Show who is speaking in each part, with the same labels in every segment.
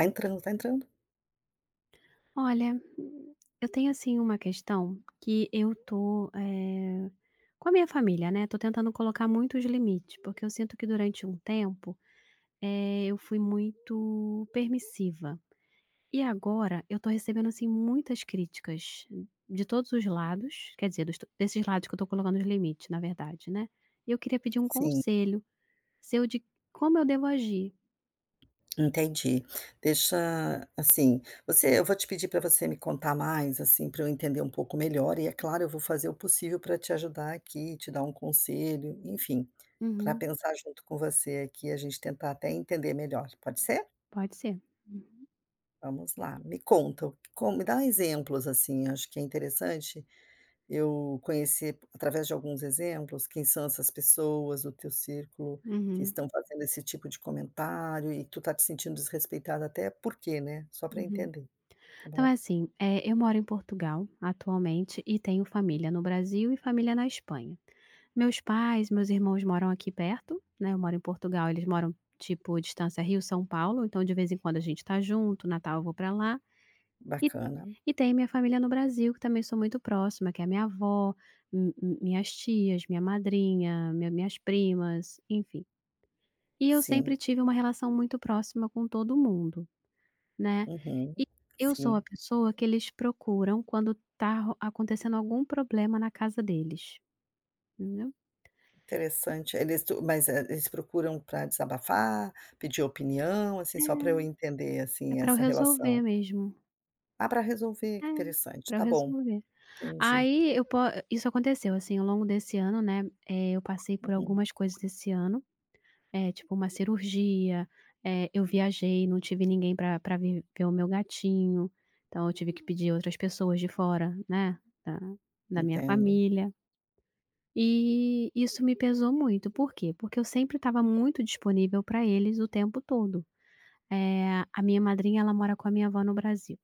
Speaker 1: Tá entrando, tá entrando.
Speaker 2: Olha, eu tenho assim uma questão que eu tô, com a minha família, né, tô tentando colocar muitos limites, porque eu sinto que durante um tempo, eu fui muito permissiva. E agora eu tô recebendo, assim, muitas críticas de todos os lados, quer dizer, dos to desses lados que eu tô colocando os limites, na verdade, né. E eu queria pedir um
Speaker 1: Sim,
Speaker 2: conselho seu de como eu devo agir.
Speaker 1: entendi. Deixa assim, você eu vou te pedir para você me contar mais, assim, para eu entender um pouco melhor e, é claro, eu vou fazer o possível para te ajudar aqui, te dar um conselho, enfim, para
Speaker 2: Uhum,
Speaker 1: pensar junto com você aqui, a gente tentar até entender melhor, pode ser?
Speaker 2: pode ser.
Speaker 1: Vamos lá, me conta, como me dá exemplos, assim, acho que é interessante eu conhecer, através de alguns exemplos, quem são essas pessoas do teu círculo que
Speaker 2: Uhum,
Speaker 1: estão fazendo esse tipo de comentário e tu tá te sentindo desrespeitada até por quê, né, só para
Speaker 2: uhum.
Speaker 1: entender, tá
Speaker 2: Então
Speaker 1: bom.
Speaker 2: é assim, eh, eu moro em Portugal atualmente e tenho família no Brasil e família na Espanha. Meus pais, meus irmãos moram aqui perto, né, eu moro em Portugal, eles moram, tipo, distância Rio-São Paulo, então de vez em quando a gente tá junto, Natal eu vou pra lá. E
Speaker 1: Bacana,
Speaker 2: e tem minha família no Brasil, que também sou muito próxima, que é minha avó, mi mi minhas tias, minha madrinha, minhas primas, enfim. E eu
Speaker 1: sim.
Speaker 2: sempre tive uma relação muito próxima com todo mundo. Né.
Speaker 1: Uhum.
Speaker 2: E eu sou a
Speaker 1: Sim,
Speaker 2: pessoa que eles procuram quando tá ro acontecendo algum problema na casa deles, entendeu.
Speaker 1: interessante. Eles tu mas, eh, Eles procuram para desabafar, pedir opinião, assim, só para eu entender,
Speaker 2: É, é
Speaker 1: assim,
Speaker 2: pra eu
Speaker 1: essa
Speaker 2: resolver
Speaker 1: relação.
Speaker 2: mesmo.
Speaker 1: Ah, para resolver,
Speaker 2: É,
Speaker 1: que interessante,
Speaker 2: para eu
Speaker 1: tá bom,
Speaker 2: resolver.
Speaker 1: entendi.
Speaker 2: Aí eu po isso aconteceu, assim, ao longo desse ano, né, eu passei por
Speaker 1: Uhum,
Speaker 2: algumas coisas esse ano, é tipo uma cirurgia, eu viajei, não tive ninguém para vir ver o meu gatinho, então eu tive que pedir outras pessoas de fora, né, da da minha
Speaker 1: entendo,
Speaker 2: família. E isso me pesou muito, por quê? Porque eu sempre estava muito disponível para eles o tempo todo. A minha madrinha, ela mora com a minha avó no Brasil,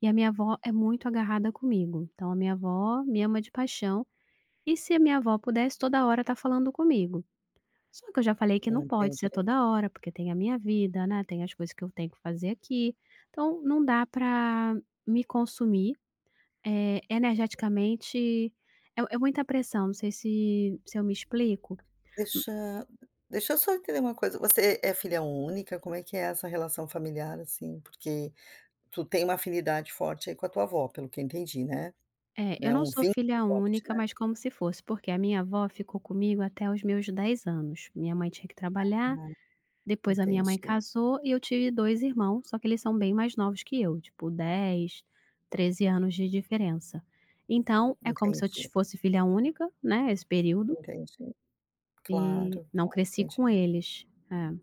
Speaker 2: e a minha avó é muito agarrada comigo, então a minha avó me ama de paixão, e se a minha avó pudesse toda hora tá falando comigo. Só que eu já falei que não pode ser
Speaker 1: entendi.
Speaker 2: toda hora, porque tem a minha vida, né, tem as coisas que eu tenho que fazer aqui, então não dá para me consumir, energeticamente, é muita pressão, não sei se eu me explico.
Speaker 1: Deixa deixa eu só entender uma coisa, você é filha única? Como é que é essa relação familiar, assim? Porque tu tem uma afinidade forte aí com a tua avó, pelo que eu entendi, né?
Speaker 2: É, eu
Speaker 1: Né,
Speaker 2: não
Speaker 1: um
Speaker 2: sou
Speaker 1: vínculo
Speaker 2: filha
Speaker 1: forte,
Speaker 2: única,
Speaker 1: né?
Speaker 2: mas como se fosse, porque a minha avó ficou comigo até os meus 10 anos. Minha mãe tinha que trabalhar,
Speaker 1: Ah,
Speaker 2: depois a
Speaker 1: entendi,
Speaker 2: minha mãe casou e eu tive 2 irmãos, só que eles são bem mais novos que eu, tipo 10, 13 anos de diferença. Então, é como se eu ti
Speaker 1: entendi,
Speaker 2: fosse filha única, né, esse período,
Speaker 1: entendi.
Speaker 2: e
Speaker 1: Claro,
Speaker 2: não
Speaker 1: claro,
Speaker 2: cresci
Speaker 1: entendi.
Speaker 2: com eles. É,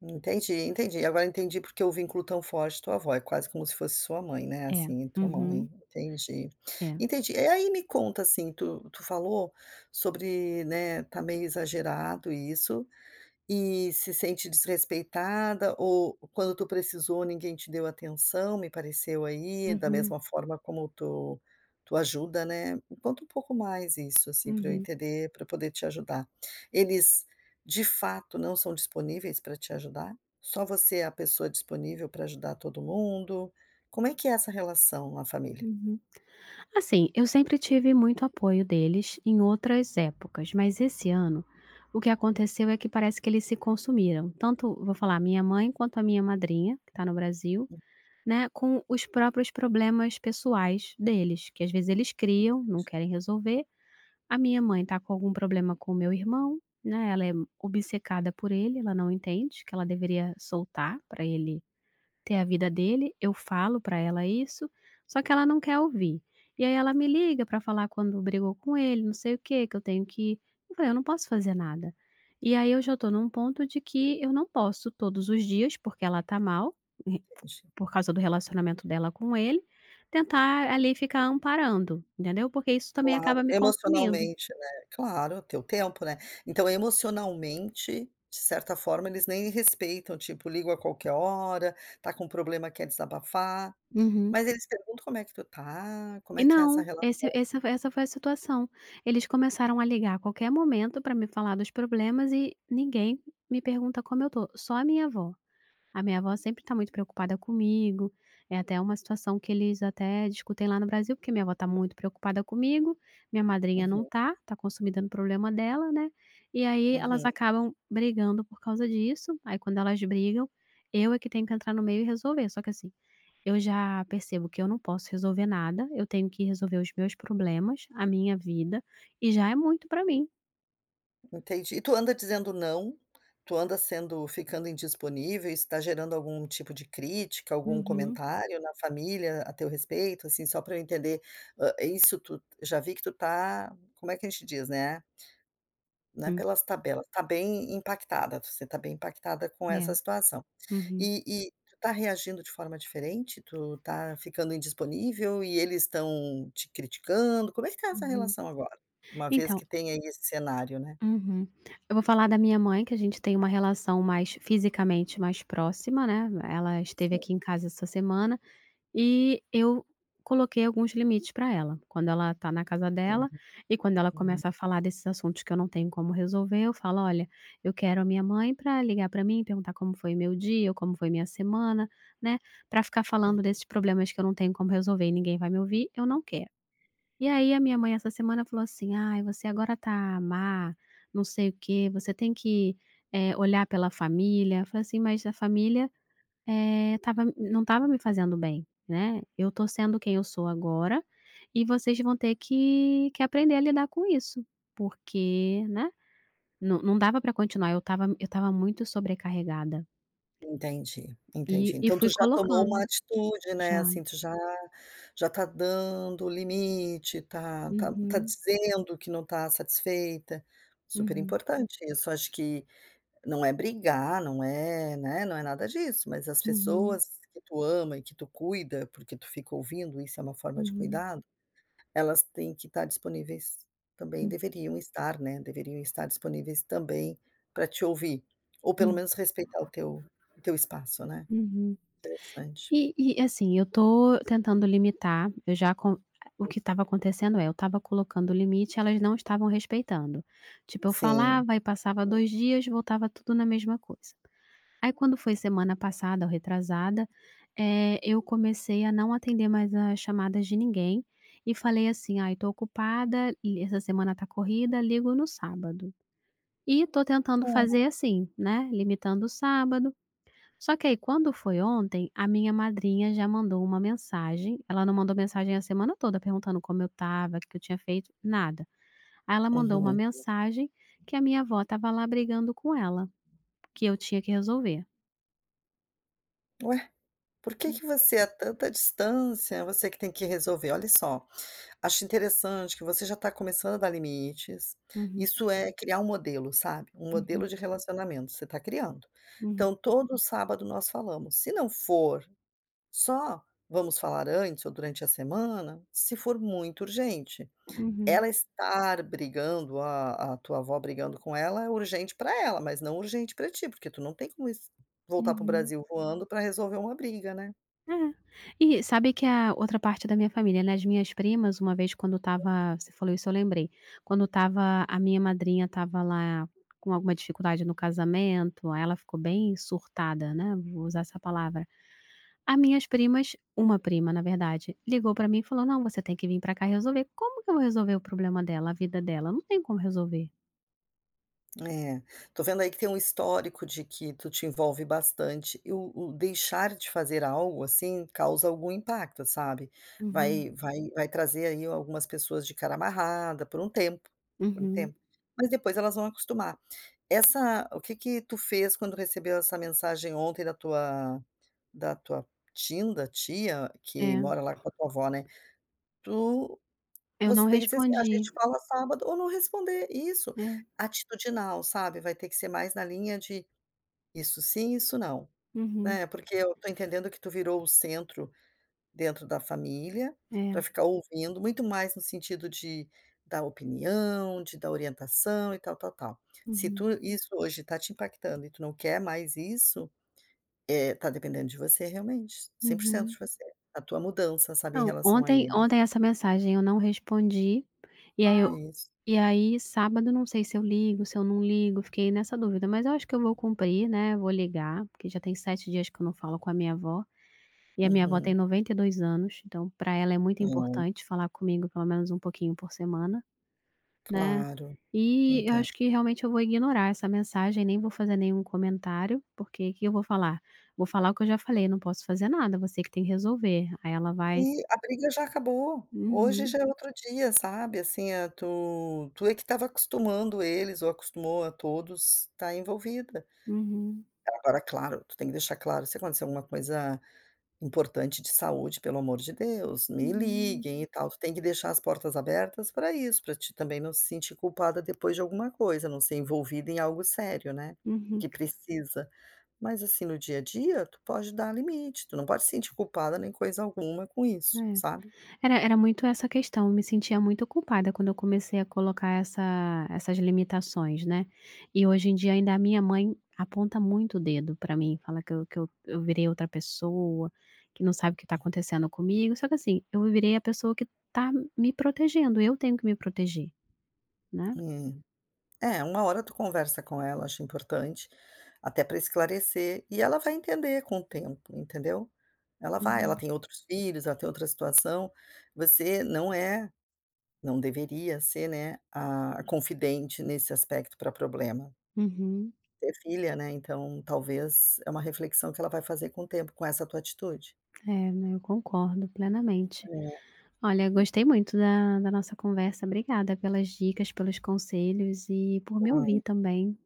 Speaker 1: Entendi, entendi. Agora entendi porque o vínculo tão forte da tua avó, é quase como se fosse sua mãe, né,
Speaker 2: é.
Speaker 1: assim, tua mãe.
Speaker 2: Uhum.
Speaker 1: Entendi,
Speaker 2: É.
Speaker 1: entendi. E aí me conta, assim, tu falou sobre, né, tá meio exagerado isso, e se sente desrespeitada ou quando tu precisou ninguém te deu atenção, me pareceu aí, da
Speaker 2: Uhum,
Speaker 1: mesma forma como tu ajuda, né. Me conta um pouco mais isso, assim, para eu
Speaker 2: uhum,
Speaker 1: entender, para poder te ajudar. Eles, de fato, não são disponíveis para te ajudar? Só você é a pessoa disponível para ajudar todo mundo? Como é que é essa relação na família?
Speaker 2: uhum. Assim, eu sempre tive muito apoio deles em outras épocas, mas esse ano o que aconteceu é que parece que eles se consumiram. Tanto, vou falar, a minha mãe quanto a minha madrinha, que está no Brasil, né, com os próprios problemas pessoais deles, que às vezes eles criam, não
Speaker 1: Entende,
Speaker 2: querem resolver. A minha mãe está com algum problema com o meu irmão, né? Ela é obcecada por ele, ela não entende que ela deveria soltar para ele ter a vida dele, eu falo pra ela isso, só que ela não quer ouvir. E aí ela me liga pra falar quando brigou com ele, não sei o quê, que eu tenho que ir. Eu falei: "Eu não posso fazer nada". E aí eu já tô num ponto de que eu não posso todos os dias, porque ela tá mal, e- por causa do relacionamento dela com ele, tentar ali ficar amparando, entendeu? Porque isso também acaba
Speaker 1: claro,
Speaker 2: me consumindo.
Speaker 1: emocionalmente, né, claro, teu tempo, né. Então emocionalmente, de certa forma, eles nem respeitam, tipo, ligam a qualquer hora, tá com um problema, quer desabafar,
Speaker 2: Uhum.
Speaker 1: mas eles perguntam como é que tu tá, como
Speaker 2: E
Speaker 1: é que é essa
Speaker 2: não,
Speaker 1: relação.
Speaker 2: esse essa essa foi a situação. Eles começaram a ligar a qualquer momento para me falar dos problemas e ninguém me pergunta como eu tô, só a minha avó. A minha avó sempre está muito preocupada comigo, é até uma situação que eles até discutem lá no Brasil, porque minha avó está muito preocupada comigo, minha madrinha não
Speaker 1: Uhum,
Speaker 2: tá, tá consumida no problema dela, né, e aí elas
Speaker 1: uhum,
Speaker 2: acabam brigando por causa disso, aí quando elas brigam, eu é que tenho que entrar no meio e resolver, só que assim, eu já percebo que eu não posso resolver nada, eu tenho que resolver os meus problemas, a minha vida, e já é muito pra mim.
Speaker 1: entendi. E tu anda dizendo não? Tu anda sendo ficando indisponível, isso tá gerando algum tipo de crítica, algum
Speaker 2: Uhum.
Speaker 1: comentário na família a teu respeito, assim, só para eu entender, hã, isso tu já vi que tu tá como é que a gente diz, né? Não é
Speaker 2: Hum.
Speaker 1: pelas tabelas, está bem impactada, você está bem impactada com
Speaker 2: É.
Speaker 1: essa situação.
Speaker 2: Uhum.
Speaker 1: E tu está reagindo de forma diferente? Tu está ficando indisponível e eles estão te criticando? Como é que tá essa
Speaker 2: Uhum.
Speaker 1: relação agora? Uma vez
Speaker 2: Então
Speaker 1: que tem aí esse cenário, né.
Speaker 2: uhum. Eu vou falar da minha mãe, que a gente tem uma relação mais fisicamente mais próxima, né, ela esteve
Speaker 1: Sim,
Speaker 2: aqui em casa essa semana. E eu coloquei alguns limites para ela, quando ela está na casa
Speaker 1: sim.
Speaker 2: dela e quando ela
Speaker 1: Uhum.
Speaker 2: começa a falar desses assuntos que eu não tenho como resolver, eu falo: "Olha, eu quero a minha mãe para ligar para mim, perguntar como foi meu dia ou como foi minha semana", né, para ficar falando desses problemas que eu não tenho como resolver e ninguém vai me ouvir, eu não quero. E aí a minha mãe essa semana falou assim: "Ai, você agora tá má, não sei o quê, você tem que, olhar pela família". Eu falei assim: "Mas a família eh, estava não estava me fazendo bem, né. Eu tô sendo quem eu sou agora, e vocês vão ter que aprender a lidar com isso, porque, né, não dava para continuar, eu tava muito sobrecarregada,
Speaker 1: Entendi,
Speaker 2: e
Speaker 1: entendi.
Speaker 2: e
Speaker 1: Então tu
Speaker 2: fui
Speaker 1: já tomou
Speaker 2: colocando.
Speaker 1: uma atitude, né,
Speaker 2: Já.
Speaker 1: assim, tu já já tá dando o limite, tá
Speaker 2: Uhum,
Speaker 1: dizendo que não tá satisfeita. Super
Speaker 2: uhum,
Speaker 1: importante isso, acho que não é brigar, não é, né, não é nada disso, mas as
Speaker 2: uhum,
Speaker 1: pessoas que tu ama e que tu cuida, porque tu fica ouvindo, isso é uma forma de
Speaker 2: uhum,
Speaker 1: cuidado, elas têm que estar disponíveis também,
Speaker 2: hum,
Speaker 1: deveriam estar, né, deveriam estar disponíveis também para te ouvir, ou pelo
Speaker 2: hum,
Speaker 1: menos respeitar o teu espaço, né.
Speaker 2: uhum.
Speaker 1: Interessante.
Speaker 2: E assim, eu tô tentando limitar, eu já com o que estava acontecendo é, eu estava colocando limite, elas não estavam respeitando. Tipo, eu
Speaker 1: Sim.
Speaker 2: falava e passava 2 dias, voltava tudo na mesma coisa. Aí quando foi semana passada ou retrasada, eu comecei a não atender mais as chamadas de ninguém e falei assim: "Ai, tô ocupada e essa semana tá corrida, ligo no sábado". E tô tentando fazer assim, né, limitando o sábado. Só que aí quando foi ontem, a minha madrinha já mandou uma mensagem, ela não mandou mensagem a semana toda perguntando como eu tava, o que eu tinha feito, nada. Aí ela mandou uma
Speaker 1: Uhum.
Speaker 2: mensagem que a minha avó estava lá brigando com ela, que eu tinha que resolver.
Speaker 1: "Ué, por que que você a tanta distância, você que tem que resolver", olha só. Acho interessante que você já está começando a dar limites.
Speaker 2: Uhum,
Speaker 1: Isso é criar um modelo, sabe, um
Speaker 2: uhum,
Speaker 1: modelo de relacionamento, você está criando.
Speaker 2: uhum,
Speaker 1: Então todo sábado nós falamos, se não for só vamos falar antes ou durante a semana, se for muito urgente. Ela
Speaker 2: uhum,
Speaker 1: estar brigando, a tua avó brigando com ela é urgente para ela, mas não urgente para ti, porque tu não tem como es voltar para o
Speaker 2: uhum.
Speaker 1: Brasil voando para resolver uma briga, né.
Speaker 2: É. E sabe que a outra parte da minha família, né, as minhas primas, uma vez quando estava você falou isso eu lembrei, quando estava a minha madrinha estava lá com alguma dificuldade no casamento, aí ela ficou bem surtada, né, vou usar essa palavra. As minhas primas, uma prima na verdade, ligou pra mim e falou: "Não, você tem que vir pra cá resolver". Como que eu vou resolver o problema dela, a vida dela? Não tem como resolver.
Speaker 1: É, tô vendo aí que tem um histórico de que tu te envolve bastante e o deixar de fazer algo, assim, causa algum impacto, sabe.
Speaker 2: Uhum,
Speaker 1: Vai trazer aí algumas pessoas de cara amarrada por um
Speaker 2: uhum,
Speaker 1: tempo, mas depois elas vão acostumar. Essa O que que tu fez quando recebeu essa mensagem ontem da tua tia, que
Speaker 2: é.
Speaker 1: mora lá com a tua avó, né. Tu
Speaker 2: Eu não
Speaker 1: Você tem que dizer assim: "A
Speaker 2: respondi.
Speaker 1: gente fala sábado" ou não responder, isso,
Speaker 2: É,
Speaker 1: atitudinal, sabe, vai ter que ser mais na linha de isso sim, isso não,
Speaker 2: uhum,
Speaker 1: né, porque eu tô entendendo que tu virou o centro dentro da família,
Speaker 2: é,
Speaker 1: pra ficar ouvindo, muito mais no sentido de dar opinião, de dar orientação e tal, tal, tal. Se
Speaker 2: uhum,
Speaker 1: tu isso hoje tá te impactando e tu não quer mais isso, tá dependendo de você realmente, 100%
Speaker 2: uhum.
Speaker 1: de você, a tua mudança, sabe, em
Speaker 2: Não,
Speaker 1: relação a
Speaker 2: ontem
Speaker 1: eles.
Speaker 2: ontem essa mensagem eu não respondi, e aí eu Hum.
Speaker 1: Isso.
Speaker 2: E aí sábado não sei se eu ligo, se eu não ligo, fiquei nessa dúvida, mas eu acho que eu vou cumprir, né, vou ligar, porque já tem 7 dias que eu não falo com a minha avó, e a minha avó tem
Speaker 1: Uhum.
Speaker 2: 92 anos, então para ela é muito
Speaker 1: É.
Speaker 2: importante falar comigo pelo menos um pouquinho por semana, né.
Speaker 1: Claro,
Speaker 2: E eu
Speaker 1: entendo.
Speaker 2: acho que realmente eu vou ignorar essa mensagem, nem vou fazer nenhum comentário, porque o que eu vou falar? Vou falar o que eu já falei: "Não posso fazer nada, você que tem que resolver". Aí ela vai
Speaker 1: E a briga já acabou, hoje
Speaker 2: uhum.
Speaker 1: já é outro dia, sabe, assim, tu é que estava acostumando eles ou acostumou a todos estar envolvida.
Speaker 2: Uhum.
Speaker 1: Agora, claro, tu tem que deixar claro, se acontecer alguma coisa importante de saúde, pelo amor de Deus, me
Speaker 2: Hum.
Speaker 1: liguem e tal, tu tem que deixar as portas abertas para isso, para ti também não se sentir culpada depois de alguma coisa, não ser envolvida em algo sério, né,
Speaker 2: Uhum.
Speaker 1: que precisa. Mas assim, no dia a dia, tu pode dar limite, tu não pode se sentir culpada nem coisa alguma com isso,
Speaker 2: É.
Speaker 1: sabe.
Speaker 2: Era muito essa questão, eu me sentia muito culpada quando eu comecei a colocar essas limitações, né. E hoje em dia ainda a minha mãe aponta muito o dedo pra mim, fala que eu virei outra pessoa, que não sabe o que tá acontecendo comigo, só que assim, eu virei a pessoa que tá me protegendo, eu tenho que me proteger, né.
Speaker 1: Eh, é, uma hora tu conversa com ela, acho importante, até para esclarecer, e ela vai entender com o tempo, entendeu. Ela vai, ela
Speaker 2: Uhum.
Speaker 1: tem outros filhos, ela tem outra situação, você não é não deveria ser, né, a confidente nesse aspecto para problema.
Speaker 2: Uhum.
Speaker 1: Ter filha, né, então talvez é uma reflexão que ela vai fazer com o tempo, com essa tua atitude.
Speaker 2: É, né, eu concordo plenamente. Olha, gostei muito da nossa conversa. Obrigada pelas dicas, pelos conselhos e por me
Speaker 1: É.
Speaker 2: ouvir também.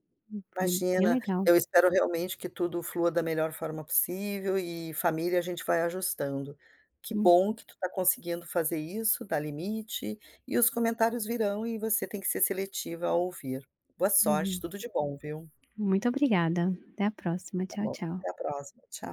Speaker 2: Foi bem
Speaker 1: Imagina,
Speaker 2: legal.
Speaker 1: eu espero realmente que tudo flua da melhor forma possível e família a gente vai ajustando. Que bom que tu tá conseguindo fazer isso, dá limite, e os comentários virão e você tem que ser seletiva ao ouvir. Boa sorte,
Speaker 2: Uhum.
Speaker 1: tudo de bom, viu.
Speaker 2: Muito obrigada. Até a próxima.
Speaker 1: Tá
Speaker 2: Tchau,
Speaker 1: bom,
Speaker 2: tchau.
Speaker 1: até a próxima, tchau.